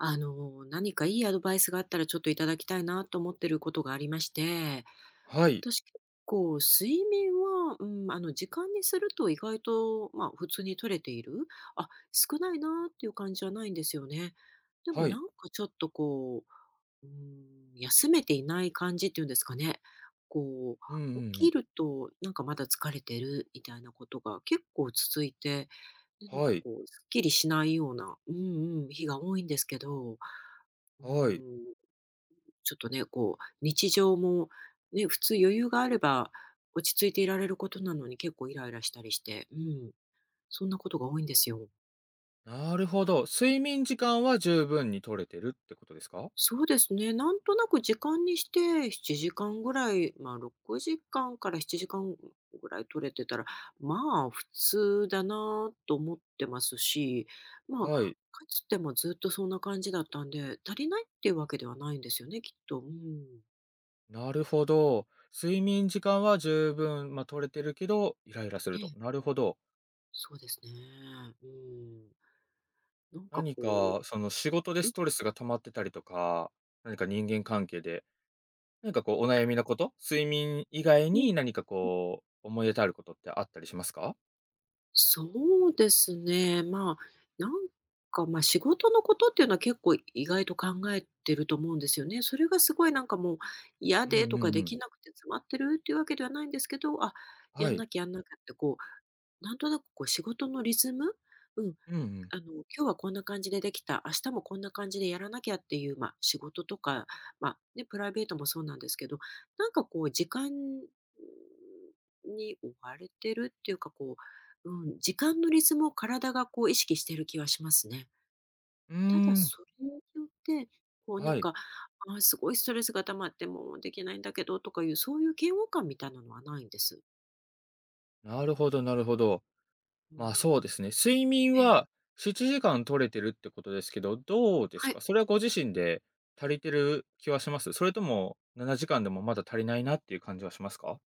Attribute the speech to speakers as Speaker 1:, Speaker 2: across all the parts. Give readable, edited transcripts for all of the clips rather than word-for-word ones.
Speaker 1: あの、何かいいアドバイスがあったらちょっといただきたいなと思ってることがありまして、
Speaker 2: はい、
Speaker 1: 私結構睡眠は、うん、あの、時間にすると意外と、まあ、普通に取れている。あ、少ないなっていう感じはないんですよね。でも
Speaker 2: は
Speaker 1: な
Speaker 2: い。
Speaker 1: んかちょっとこう、うん、休めていない感じっていうんですかね。こ
Speaker 2: うんうんう
Speaker 1: う、起き
Speaker 2: ん。
Speaker 1: るとなんかまだ疲れてるみたいなことが結構続いて、でなん
Speaker 2: は
Speaker 1: か
Speaker 2: い、
Speaker 1: こう、すっきりしないような、うん、日が多いんですけど、う
Speaker 2: はい。
Speaker 1: ん、ちょっとね、こう、日常も、ね、普通余裕があれば、落ち着いていられることなのに結構イライラしたりして、うん、そんなことが多いんですよ。
Speaker 2: なるほど。睡眠時間は十分に取れてるってことですか？
Speaker 1: そうですね、なんとなく時間にして7時間ぐらい、まあ、6時間かんから7時間ぐらい取れてたら、まあ、普通だなと思ってますし、まあ、
Speaker 2: はい、
Speaker 1: かつてもずっとそんな感じだったんで、足りないっていうわけではないんですよね、きっと。うん。
Speaker 2: なるほど。睡眠時間は十分、ま、取れてるけど、イライラす
Speaker 1: え
Speaker 2: ると。
Speaker 1: え、
Speaker 2: なるほど。
Speaker 1: そうですね。うん。なんか
Speaker 2: 何
Speaker 1: こ
Speaker 2: かその仕事で
Speaker 1: うう
Speaker 2: ス
Speaker 1: ん
Speaker 2: トレスが溜まってたりとか、何か人間関係で、何かこうお悩みなこと、睡眠以外
Speaker 1: うん、
Speaker 2: に何かこう思い当たることってあったりしますか？
Speaker 1: そうですね、まあ、なんか、まあ、仕事のことっていうのは結構意外と考えてると思うんですよね。それがすごいなんかもう嫌
Speaker 2: うん
Speaker 1: で
Speaker 2: う
Speaker 1: とか
Speaker 2: んう
Speaker 1: で
Speaker 2: ん。
Speaker 1: きなくて詰まってるっていうわけではないんですけど、あ、
Speaker 2: は
Speaker 1: やん
Speaker 2: い。
Speaker 1: なきゃやんなきゃってこう、なんとなくこう仕事のリズム、うん、
Speaker 2: うんうん。
Speaker 1: あの、今日はこんな感じでできた、明日もこんな感じでやらなきゃっていう、まあ、仕事とか、ま、ね、プライベートもそうなんですけど、なんかこう時間に追われてるっていうか、こう、うん、時間のリズムを体がこう意識してる気はしますね。
Speaker 2: うー
Speaker 1: ただ
Speaker 2: ん、
Speaker 1: それによって、こうな
Speaker 2: は
Speaker 1: ん
Speaker 2: い。
Speaker 1: か、あ、すごいストレスが溜まってもうできないんだけどとかいう、そういう嫌悪感みたいなのはないんです。
Speaker 2: なるほどなるほど。
Speaker 1: う
Speaker 2: まあ、
Speaker 1: ん。
Speaker 2: そうですね。睡眠
Speaker 1: ええ、
Speaker 2: は7時間取れてるってことですけど、どうです
Speaker 1: は
Speaker 2: か？
Speaker 1: い。
Speaker 2: それはご自身で足りてる気はします？それとも7時間でもまだ足りないなっていう感じはしますか？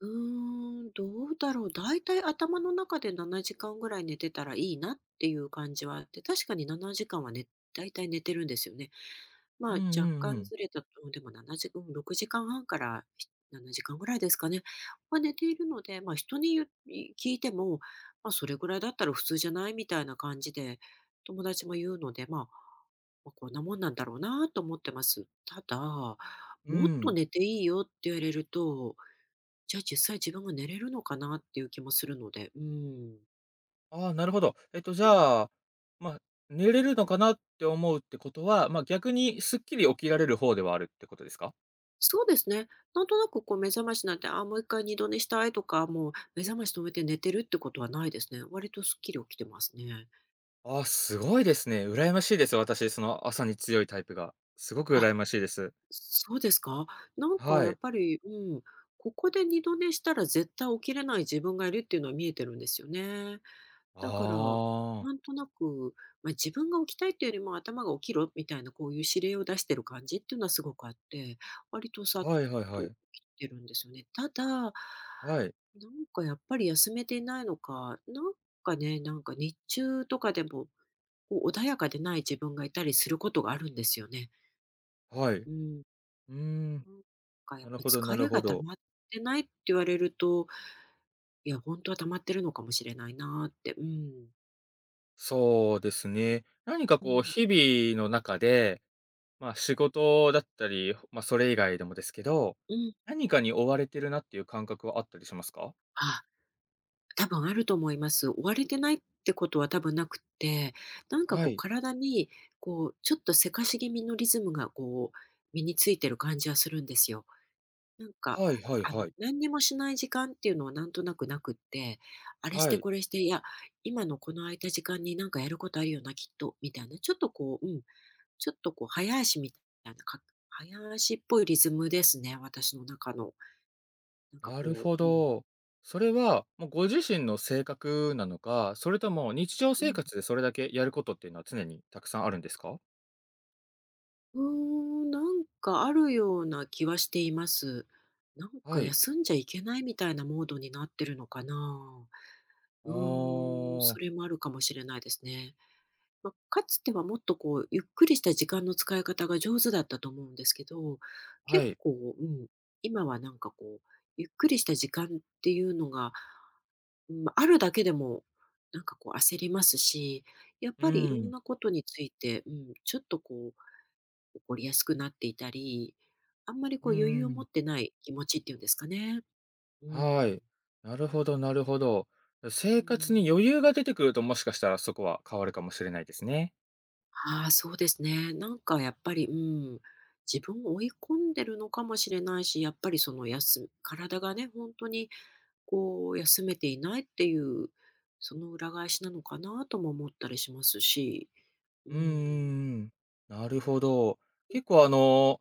Speaker 1: うーん、どうだろう。だいたい頭の中で7時間ぐらい寝てたらいいなっていう感じはあって、確かに7時間はね、だいたい寝てるんですよね。
Speaker 2: う
Speaker 1: まあ、
Speaker 2: んう
Speaker 1: 若
Speaker 2: んう
Speaker 1: 干
Speaker 2: ん。
Speaker 1: ずれたと、でも7時、うん6時間半から7時間ぐらいですかね。は寝ているので、まあ人に言うい聞いても、まあそれぐらいだったら普通じゃないみたいな感じで友達も言うので、まあ、まあこんなもんなんだろうなと思ってます。ただ、
Speaker 2: う
Speaker 1: もっと
Speaker 2: ん。
Speaker 1: 寝ていいよって言われると、じゃあ実際自分が寝れるのかなっていう気もするので、うん。
Speaker 2: ああ、なるほど。じ
Speaker 1: うん、
Speaker 2: ゃあ、まあ、寝れるのかなって思うってことは、ま、逆
Speaker 1: う
Speaker 2: に
Speaker 1: ん、
Speaker 2: すっきり起きられる方ではあるってことですか？
Speaker 1: そうですね。なんとなくこう目覚ましなんて、あーもう一回二度寝したいとか、もう目覚まし止めて寝てるってことはないですね。割とすっきり起きてますね。
Speaker 2: ああ、すごいですね。羨ましいです。私、その朝に強いタイプが。すごく
Speaker 1: あ、
Speaker 2: 羨ましいです。
Speaker 1: そうですか。なんか
Speaker 2: は
Speaker 1: や
Speaker 2: い。
Speaker 1: っぱり、うん、ここで二度寝したら絶対起きれない自分がいるっていうのは見えてるんですよね。
Speaker 2: あ
Speaker 1: だから、
Speaker 2: あ。
Speaker 1: なんとなく、まあ、自分が起きたいっていうよりも頭が起きろみたいなこういう指令を出してる感じっていうのはすごくあって、割とさっ
Speaker 2: はいはい
Speaker 1: と
Speaker 2: はい。
Speaker 1: 起きてるんですよね。ただ、
Speaker 2: はい。
Speaker 1: なんかやっぱり休めていないのか、なんかね、なんか日中とかでも、こう穏やかでない自分がいたりすることがあるんですよね。
Speaker 2: はい。う
Speaker 1: うん。
Speaker 2: ーん、
Speaker 1: なんかや
Speaker 2: な
Speaker 1: っぱ
Speaker 2: る
Speaker 1: り
Speaker 2: ほどな
Speaker 1: 疲
Speaker 2: る
Speaker 1: れ
Speaker 2: ほ
Speaker 1: が溜
Speaker 2: ど。
Speaker 1: まってないって言われると、いや、本当は溜まってるのかもしれないなーって。うん。
Speaker 2: そうですね。何か
Speaker 1: う
Speaker 2: こう
Speaker 1: ん。
Speaker 2: 日々の中で、まあ、仕事だったり、ま、それ以外でもですけど、
Speaker 1: うん。
Speaker 2: 何かに追われてるなっていう感覚はあったりしますか？
Speaker 1: あ。多分あると思います。追われてないってことは多分なくって、なんか
Speaker 2: は
Speaker 1: こう
Speaker 2: い。
Speaker 1: 体に、こう、ちょっとせかし気味のリズムがこう、身についてる感じはするんですよ。なんか、
Speaker 2: はいはい
Speaker 1: あの、
Speaker 2: はい。
Speaker 1: 何にもしない時間っていうのはなんとなくなくって、あれし
Speaker 2: は
Speaker 1: て
Speaker 2: い。
Speaker 1: これして、いや、今のこの空いた時間になんかやることあるよな、きっと、みたいな。ちょっとこう、うん、ちょっとこう、早足みたいな、か早足っぽいリズムですね、私の中の。なんか
Speaker 2: なる
Speaker 1: こ
Speaker 2: ほ
Speaker 1: う、うん。
Speaker 2: ど。それは、もうご自身の性格なのか、それとも日常
Speaker 1: う
Speaker 2: 生
Speaker 1: ん
Speaker 2: 活でそれだけやることっていうのは常にたくさんあるんですか？
Speaker 1: うーん、なんかあるような気はしています。なんか
Speaker 2: はい。
Speaker 1: 休んじゃいけないみたいなモードになってるのかな。
Speaker 2: あ
Speaker 1: うーん、そ
Speaker 2: あ、
Speaker 1: れもあるかもしれないですね。まあ、かつてはもっとこう、ゆっくりした時間の使い方が上手だったと思うんですけど、
Speaker 2: は
Speaker 1: 結
Speaker 2: い。
Speaker 1: 構、うん、今はなんかこう、ゆっくりした時間っていうのが、うん、まあるだけでも、なんかこう焦りますし、やっ
Speaker 2: う
Speaker 1: ぱりいろん
Speaker 2: ん。
Speaker 1: なことについて、うん、ちょっとこう起こりやすくなっていたり、あんまりこ
Speaker 2: う
Speaker 1: う
Speaker 2: んう
Speaker 1: 余裕を持っ
Speaker 2: ん。
Speaker 1: てない気持ちっていうんですかね。うん。
Speaker 2: はい。なるほどなるほど。生
Speaker 1: う
Speaker 2: 活に
Speaker 1: ん。
Speaker 2: 余裕が出てくると、もしかしたらそこは変わるかもしれないですね。
Speaker 1: ああ、そうですね。なんかやっぱり、うん、自分を追い込んでるのかもしれないし、やっぱりそのやす体がね、本当にこう休めていないっていう、その裏返しなのかなとも思ったりしますし。う
Speaker 2: うんうん
Speaker 1: ん。
Speaker 2: うん。なるほど。結構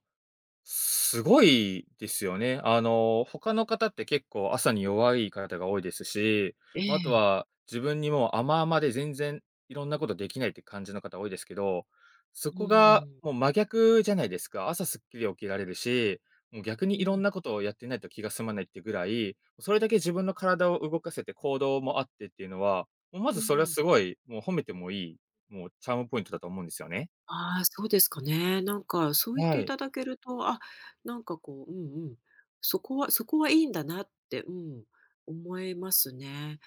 Speaker 2: すごいですよね。他の方って結構朝に弱い方が多いですし、
Speaker 1: え
Speaker 2: まあ、あと
Speaker 1: え。
Speaker 2: は自分にもう甘々で全然いろんなことできないって感じの方多いですけど、そ
Speaker 1: う
Speaker 2: こが
Speaker 1: ん。
Speaker 2: もう真逆じゃないですか。朝すっきり起きられるし、もう逆
Speaker 1: う
Speaker 2: にいろん
Speaker 1: ん。
Speaker 2: なことをやってないと気が済まないってぐらい、それだけ自分の体を動かせて行動もあってっていうのは、もうま
Speaker 1: う
Speaker 2: ずそれは
Speaker 1: ん。
Speaker 2: すごい、もう褒めてもいい、もうチャームポイントだと思うんですよね。
Speaker 1: ああ、そうですかね。なんかそう言って
Speaker 2: は
Speaker 1: い
Speaker 2: い。
Speaker 1: ただけると、あ、なんかこう、うんうん、そこはそこはいいんだなって、うん、思えますね。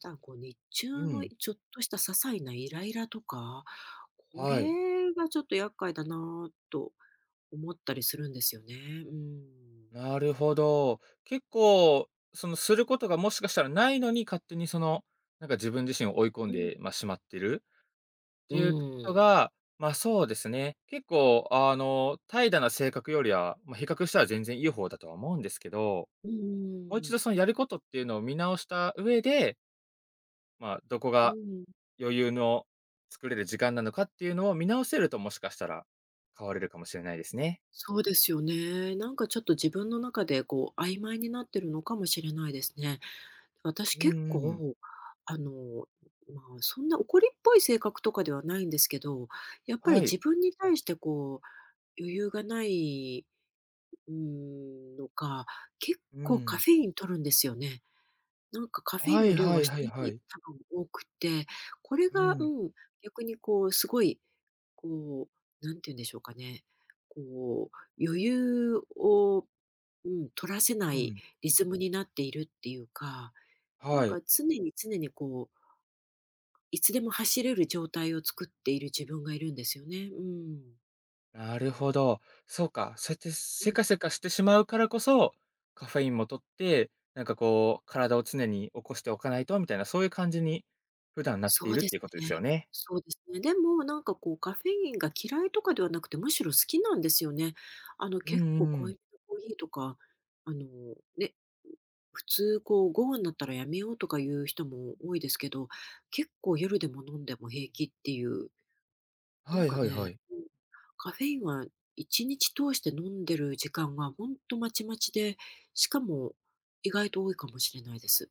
Speaker 1: ただこう日中
Speaker 2: う
Speaker 1: の
Speaker 2: ん。
Speaker 1: ちょっとした些細なイライラとか、こ
Speaker 2: はい。
Speaker 1: れがちょっと厄介だなと思ったりするんですよね。うん。
Speaker 2: なるほど。結構、その、することがもしかしたらないのに、勝手にその、なんか自分自身を追い込ん
Speaker 1: うん。
Speaker 2: で、まあ、しまってるっ
Speaker 1: う
Speaker 2: ていうこと
Speaker 1: ん。
Speaker 2: が、ま、そうですね。結構、怠惰な性格よりは、まあ、比較したら全然いい方だとは思うんですけど、
Speaker 1: う
Speaker 2: もう一
Speaker 1: ん。
Speaker 2: 度そのやることっていうのを見直した上で、ま、どこ
Speaker 1: う
Speaker 2: が
Speaker 1: ん。
Speaker 2: 余裕の作れる時間なのかっていうのを見直せると、もしかしたら変われるかもしれないですね。
Speaker 1: そうですよね。なんかちょっと自分の中でこう曖昧になってるのかもしれないですね。私
Speaker 2: う
Speaker 1: 結
Speaker 2: んうん。
Speaker 1: 構、あの、まあ、そんな怒りっぽい性格とかではないんですけど、やっぱり
Speaker 2: はい。
Speaker 1: 自分に対してこう、余裕がない、うーん、のか、結
Speaker 2: う
Speaker 1: 構カ
Speaker 2: ん。
Speaker 1: フェイン摂るんですよね。なんかカフェイ
Speaker 2: は
Speaker 1: ンの
Speaker 2: い
Speaker 1: 量
Speaker 2: は
Speaker 1: は
Speaker 2: いは
Speaker 1: 人
Speaker 2: い
Speaker 1: よ
Speaker 2: は
Speaker 1: り
Speaker 2: い。
Speaker 1: 多分多くて、これ
Speaker 2: う
Speaker 1: が、
Speaker 2: ん、
Speaker 1: うん、逆にこう、すごい、こう、なんて言うんでしょうかね、こう、余裕を、うん、取らせな
Speaker 2: う
Speaker 1: い
Speaker 2: ん、
Speaker 1: リズムになっているっていうか、なん
Speaker 2: はい。
Speaker 1: か常に常にこういつでも走れる状態を作っている自分がいるんですよね。うん。
Speaker 2: なるほど。そうか、そうやって
Speaker 1: う
Speaker 2: せ
Speaker 1: ん、
Speaker 2: かせかしてしまうからこそ、カフェインも取って、なんかこう、体を常に起こしておかないとみたいな、そういう感じに普段なって
Speaker 1: そ
Speaker 2: い
Speaker 1: う
Speaker 2: るっ
Speaker 1: で
Speaker 2: てい
Speaker 1: す
Speaker 2: うことで
Speaker 1: ね。
Speaker 2: すよね。
Speaker 1: そうですね。でも、なんかこうカフェインが嫌いとかではなくて、むしろ好きなんですよね。あの
Speaker 2: うんう
Speaker 1: 結構濃
Speaker 2: ん。
Speaker 1: いめのコーヒーとか、あのね、普通こう午後になったらやめようとかいう人も多いですけど、結構夜でも飲んでも平気っていうな
Speaker 2: は
Speaker 1: ん
Speaker 2: い
Speaker 1: か
Speaker 2: はいは
Speaker 1: ね、
Speaker 2: い。
Speaker 1: うん、カフェインは1日通して飲んでる時間がほんとまちまちで、しかも意外と多いかもしれないです。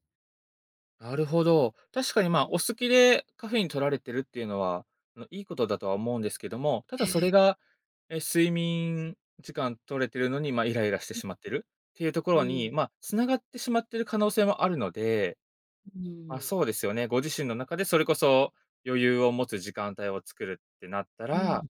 Speaker 2: なるほど。確かにまあ、
Speaker 1: う
Speaker 2: お
Speaker 1: ん。
Speaker 2: 好きでカフェイン取られてるっていうのは、いいことだとは思うんですけども、た
Speaker 1: え
Speaker 2: だそれ
Speaker 1: え、
Speaker 2: が、睡眠時間取れてるのに、まあ、イライラしてしまってるっていうとこ
Speaker 1: う
Speaker 2: ろ
Speaker 1: ん、
Speaker 2: に、まあ、つながってしまってる可能性もあるので、
Speaker 1: う
Speaker 2: ま、
Speaker 1: ん、
Speaker 2: そうですよね。ご自身の中でそれこそ余裕を持つ時間帯を作るってなった
Speaker 1: う
Speaker 2: ら、
Speaker 1: ん、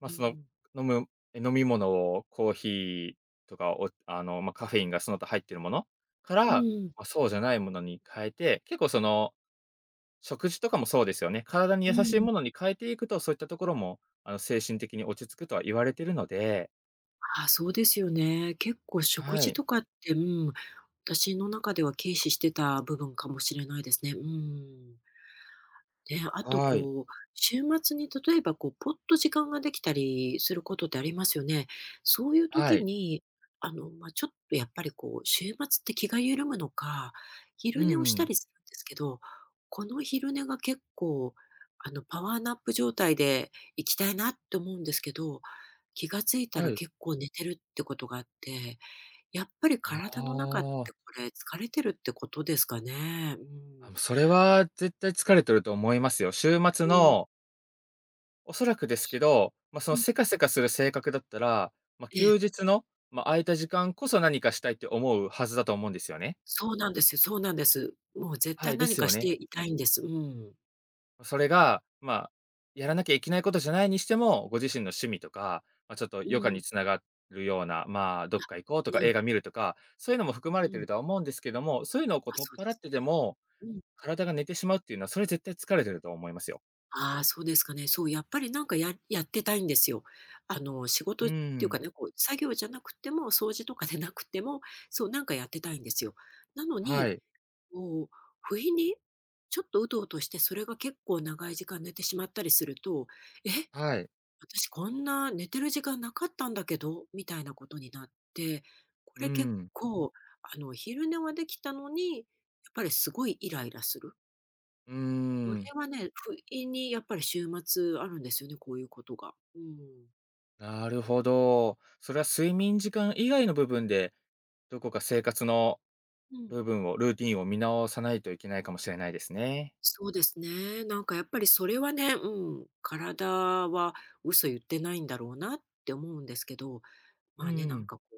Speaker 2: ま、
Speaker 1: う
Speaker 2: その
Speaker 1: ん、
Speaker 2: 飲む飲み物をコーヒーとかおあの、ま、カフェインがその他入ってるものから、
Speaker 1: う
Speaker 2: ま
Speaker 1: ん、
Speaker 2: あ、そうじゃないものに変えて、結構その食事とかもそうですよね。体に
Speaker 1: う
Speaker 2: 優しい
Speaker 1: ん。
Speaker 2: ものに変えていくと、そういったところも精神的に落ち着くとは言われてるので、
Speaker 1: ああ、そうですよね。結構食
Speaker 2: は
Speaker 1: 事
Speaker 2: い。
Speaker 1: とかって、うん、私の中では軽視してた部分かもしれないですね。うん。で、あと
Speaker 2: はい。
Speaker 1: こう、週末に例えばこう、ぽっと時間ができたりすることってありますよね。そういう
Speaker 2: は
Speaker 1: 時
Speaker 2: い。
Speaker 1: に、あの、まあ、ちょっとやっぱりこう、週末って気が緩むのか、
Speaker 2: う
Speaker 1: 昼寝を
Speaker 2: んう
Speaker 1: した
Speaker 2: ん。
Speaker 1: りするんですけど、この昼寝が結構、あの、パワーナップ状態で行きたいなって思うんですけど、気がついた
Speaker 2: は
Speaker 1: ら
Speaker 2: い。
Speaker 1: 結構寝てるってことがあって、やっぱり
Speaker 2: あ
Speaker 1: 体の中ってこ
Speaker 2: あ。
Speaker 1: れ疲れてるってことですかね？うん。
Speaker 2: それは絶対疲れてると思いますよ。週末
Speaker 1: うん。
Speaker 2: の、おそらくですけど、ま、そ
Speaker 1: う
Speaker 2: の
Speaker 1: ん。
Speaker 2: せかせかする性格だったら、ま、
Speaker 1: ええ。
Speaker 2: 休日の、ま、空いた時間こそ何かしたいって思うはずだと思うんですよね。
Speaker 1: そうなんですよ、そうなんです。もう絶
Speaker 2: は
Speaker 1: 対
Speaker 2: い、で
Speaker 1: 何
Speaker 2: す
Speaker 1: か
Speaker 2: よ
Speaker 1: して
Speaker 2: ね。
Speaker 1: いたいんです。うん。
Speaker 2: それが、ま、やらなきゃいけないことじゃないにしても、ご自身の趣味とか、ま、ちょっと
Speaker 1: う
Speaker 2: 余暇に
Speaker 1: ん。
Speaker 2: つながるような、まあ、どっか行こうとか
Speaker 1: う
Speaker 2: 映
Speaker 1: ん。
Speaker 2: 画見るとか、そういうのも含ま
Speaker 1: う
Speaker 2: れて
Speaker 1: ん。
Speaker 2: るとは思うんですけども、そういうのをこう
Speaker 1: あ、
Speaker 2: 取っ
Speaker 1: そうで
Speaker 2: 払っ
Speaker 1: す
Speaker 2: てで
Speaker 1: ね。
Speaker 2: も、
Speaker 1: うん。
Speaker 2: 体が寝てしまうっていうのは、それ絶対疲れてると思いますよ。
Speaker 1: ああ、そうですかね。そう、やっぱりなんかややってたいんですよ。あの、仕
Speaker 2: う
Speaker 1: 事
Speaker 2: ー
Speaker 1: っていう
Speaker 2: ん、
Speaker 1: かね、こう作業じゃなくても、掃除とかでなくても、そう、なんかやってたいんですよ。なの
Speaker 2: は
Speaker 1: に、
Speaker 2: い。
Speaker 1: もう不意にちょっとうとうとして、それが結構長い時間寝てしまったりすると、え
Speaker 2: はい。
Speaker 1: 私こんな寝てる時間なかったんだけど、みたいなことになって、こ
Speaker 2: う
Speaker 1: れ結
Speaker 2: ん。
Speaker 1: 構、あの、昼寝はできたのに、やっぱりすごいイライラする。
Speaker 2: うー
Speaker 1: これ
Speaker 2: ん。
Speaker 1: はね、不意にやっぱり週末あるんですよね、こういうことが。うん。
Speaker 2: なるほど。それは睡眠時間以外の部分で、どこか生活の
Speaker 1: うん。
Speaker 2: 部分を、ルーティンを見直さないといけないかもしれないですね。
Speaker 1: そうですね。なんかやっぱりそれはね、うん、体は嘘言ってないんだろうなって思うんですけど、
Speaker 2: う
Speaker 1: まあね、なん
Speaker 2: ん。
Speaker 1: かこう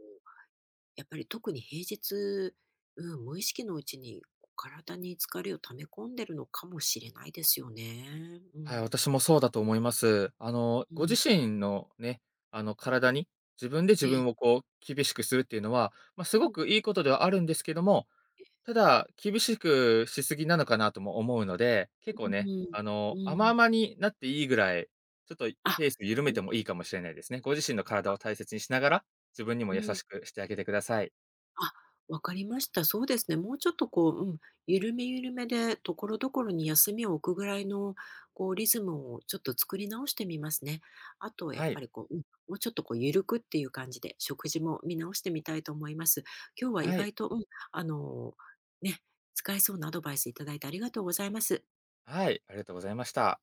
Speaker 1: やっぱり特に平日、うん、無意識のうちに体に疲れを溜め込んでるのかもしれないですよね。う
Speaker 2: はい、
Speaker 1: ん。
Speaker 2: 私もそうだと思います。
Speaker 1: う
Speaker 2: ご自
Speaker 1: ん。
Speaker 2: 身のね、体に、自分で自
Speaker 1: え
Speaker 2: 分を
Speaker 1: え。
Speaker 2: こう厳しくするっていうのは、まあ、す
Speaker 1: う
Speaker 2: ご
Speaker 1: ん、
Speaker 2: くいいことではあるんですけども、ただ、厳しくしすぎなのかなとも思うので、結構
Speaker 1: うん
Speaker 2: ね、
Speaker 1: うん。う
Speaker 2: 甘
Speaker 1: ん。
Speaker 2: 々になっていいぐらい、ちょっと
Speaker 1: あ、
Speaker 2: ペース緩め
Speaker 1: うん、
Speaker 2: てもいいかもしれないですね。ご自身の体を大切にしながら、自分にも
Speaker 1: う
Speaker 2: 優
Speaker 1: ん。
Speaker 2: しくしてあげてください。
Speaker 1: あ、わかりました。そうですね。もうちょっとこう、うん、緩め緩めで、ところどころに休みを置くぐらいの、こう、リズムをちょっと作り直してみますね。あと、やっ
Speaker 2: は
Speaker 1: ぱ
Speaker 2: い。
Speaker 1: りこう、うん、もうちょっとこう、緩くっていう感じで、食事も見直してみたいと思います。今日は意
Speaker 2: はい。
Speaker 1: 外と、うん、あの、ね、使えそうなアドバイスいただいてありがとうございます。
Speaker 2: はい。ありがとうございました。